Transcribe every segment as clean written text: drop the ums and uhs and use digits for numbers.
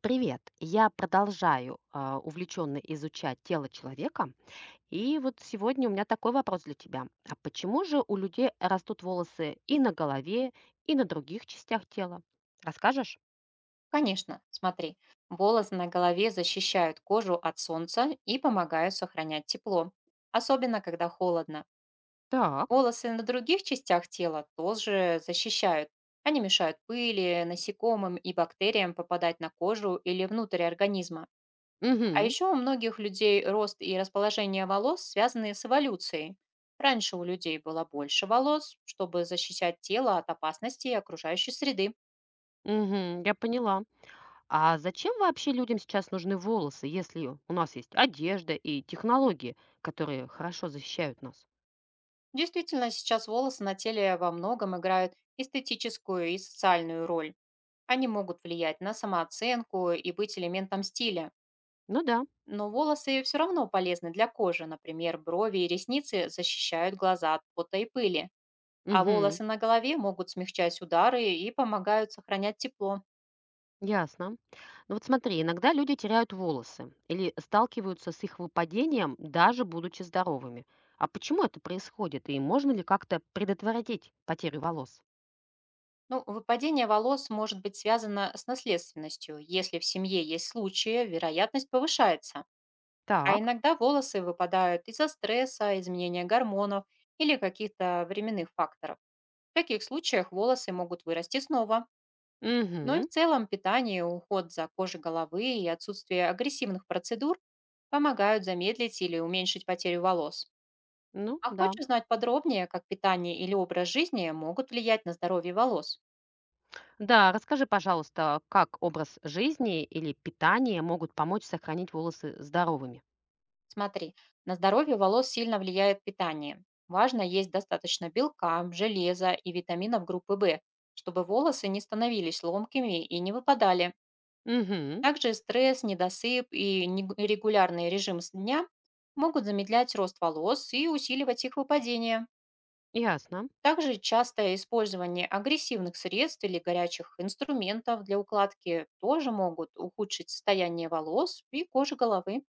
Привет! Я продолжаю увлеченно изучать тело человека. И вот сегодня у меня такой вопрос для тебя. А почему же у людей растут волосы и на голове, и на других частях тела? Расскажешь? Конечно, смотри, волосы на голове защищают кожу от солнца и помогают сохранять тепло, особенно когда холодно. Так. Волосы на других частях тела тоже защищают. Они мешают пыли, насекомым и бактериям попадать на кожу или внутрь организма. А Угу. еще у многих людей рост и расположение волос связаны с эволюцией. Раньше у людей было больше волос, чтобы защищать тело от опасностей окружающей среды. Угу. Я поняла. А зачем вообще людям сейчас нужны волосы, если у нас есть одежда и технологии, которые хорошо защищают нас? Действительно, сейчас волосы на теле во многом играют эстетическую и социальную роль. Они могут влиять на самооценку и быть элементом стиля. Ну да. Но волосы все равно полезны для кожи. Например, брови и ресницы защищают глаза от пота и пыли. А Угу. волосы на голове могут смягчать удары и помогают сохранять тепло. Ясно. Ну вот смотри, иногда люди теряют волосы или сталкиваются с их выпадением, даже будучи здоровыми. А почему это происходит и можно ли как-то предотвратить потерю волос? Ну, выпадение волос может быть связано с наследственностью. Если в семье есть случаи, вероятность повышается. А Так. иногда волосы выпадают из-за стресса, изменения гормонов или каких-то временных факторов. В таких случаях волосы могут вырасти снова. Но и в Угу. целом питание, уход за кожей головы и отсутствие агрессивных процедур помогают замедлить или уменьшить потерю волос. Ну А да. хочешь знать подробнее, как питание или образ жизни могут влиять на здоровье волос? Да, расскажи, пожалуйста, как образ жизни или питание могут помочь сохранить волосы здоровыми? Смотри, на здоровье волос сильно влияет питание. Важно есть достаточно белка, железа и витаминов группы В, чтобы волосы не становились ломкими и не выпадали. Угу. Также стресс, недосып и регулярный режим с дня могут замедлять рост волос и усиливать их выпадение. Ясно. Также частое использование агрессивных средств или горячих инструментов для укладки тоже могут ухудшить состояние волос и кожи головы.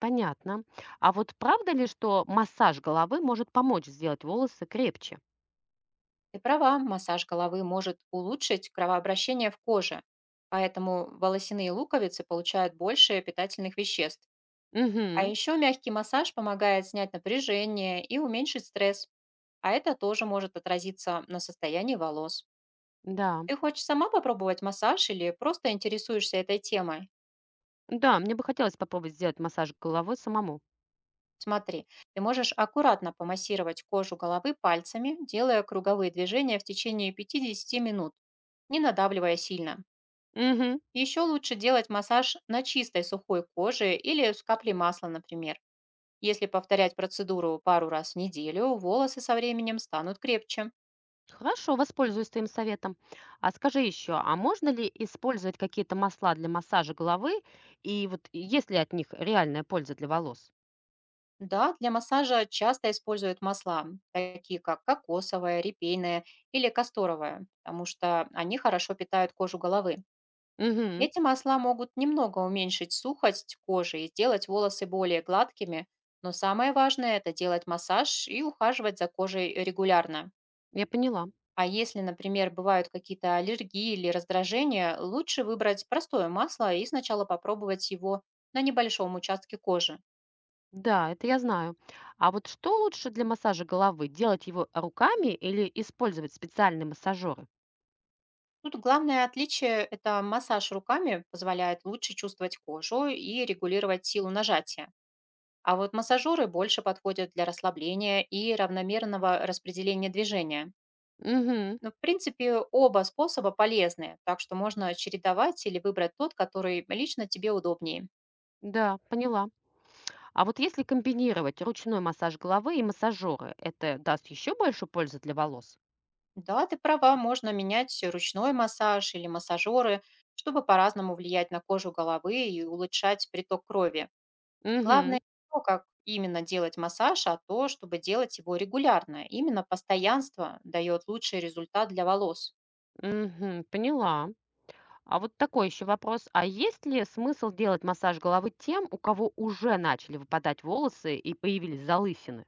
Понятно. А вот правда ли, что массаж головы может помочь сделать волосы крепче? Ты права, массаж головы может улучшить кровообращение в коже, поэтому волосяные луковицы получают больше питательных веществ. А Угу. еще мягкий массаж помогает снять напряжение и уменьшить стресс, а это тоже может отразиться на состоянии волос. Да. Ты хочешь сама попробовать массаж или просто интересуешься этой темой? Да, мне бы хотелось попробовать сделать массаж головы самому. Смотри, ты можешь аккуратно помассировать кожу головы пальцами, делая круговые движения в течение 50 минут, не надавливая сильно. Мгм. Еще лучше делать массаж на чистой сухой коже или с каплей масла, например. Если повторять процедуру пару раз в неделю, волосы со временем станут крепче. Хорошо, воспользуюсь твоим советом. А скажи еще, а можно ли использовать какие-то масла для массажа головы? И вот есть ли от них реальная польза для волос? Да, для массажа часто используют масла, такие как кокосовое, репейное или касторовое, потому что они хорошо питают кожу головы. Угу, Эти масла могут немного уменьшить сухость кожи и сделать волосы более гладкими, но самое важное — это делать массаж и ухаживать за кожей регулярно. я поняла. А если, например, бывают какие-то аллергии или раздражения, лучше выбрать простое масло и сначала попробовать его на небольшом участке кожи. Да, это я знаю. А вот что лучше для массажа головы? Делать его руками или использовать специальные массажеры? Тут главное отличие — это массаж руками позволяет лучше чувствовать кожу и регулировать силу нажатия. А вот массажеры больше подходят для расслабления и равномерного распределения движения. Угу, Но, в принципе, оба способа полезны, так что можно чередовать или выбрать тот, который лично тебе удобнее. да, поняла. А вот если комбинировать ручной массаж головы и массажеры, это даст еще больше пользы для волос? Да, ты права, можно менять ручной массаж или массажеры, чтобы по-разному влиять на кожу головы и улучшать приток крови. Главное Мгм, не то, как именно делать массаж, а то, чтобы делать его регулярно. Именно постоянство дает лучший результат для волос. мгм, поняла. А вот такой еще вопрос. А есть ли смысл делать массаж головы тем, у кого уже начали выпадать волосы и появились залысины?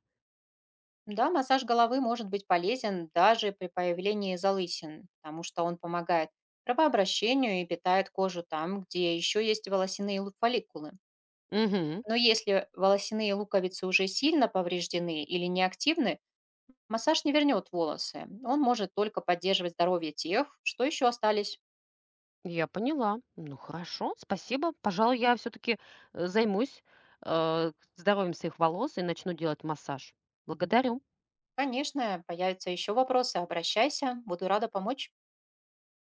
Да, массаж головы может быть полезен даже при появлении залысин, потому что он помогает кровообращению и питает кожу там, где еще есть волосяные фолликулы. Угу, Но если волосяные луковицы уже сильно повреждены или неактивны, массаж не вернет волосы. Он может только поддерживать здоровье тех, что еще остались. я поняла. Ну хорошо, спасибо. Пожалуй, я все-таки займусь здоровьем своих волос и начну делать массаж. Благодарю. Конечно, появятся еще вопросы, обращайся, буду рада помочь.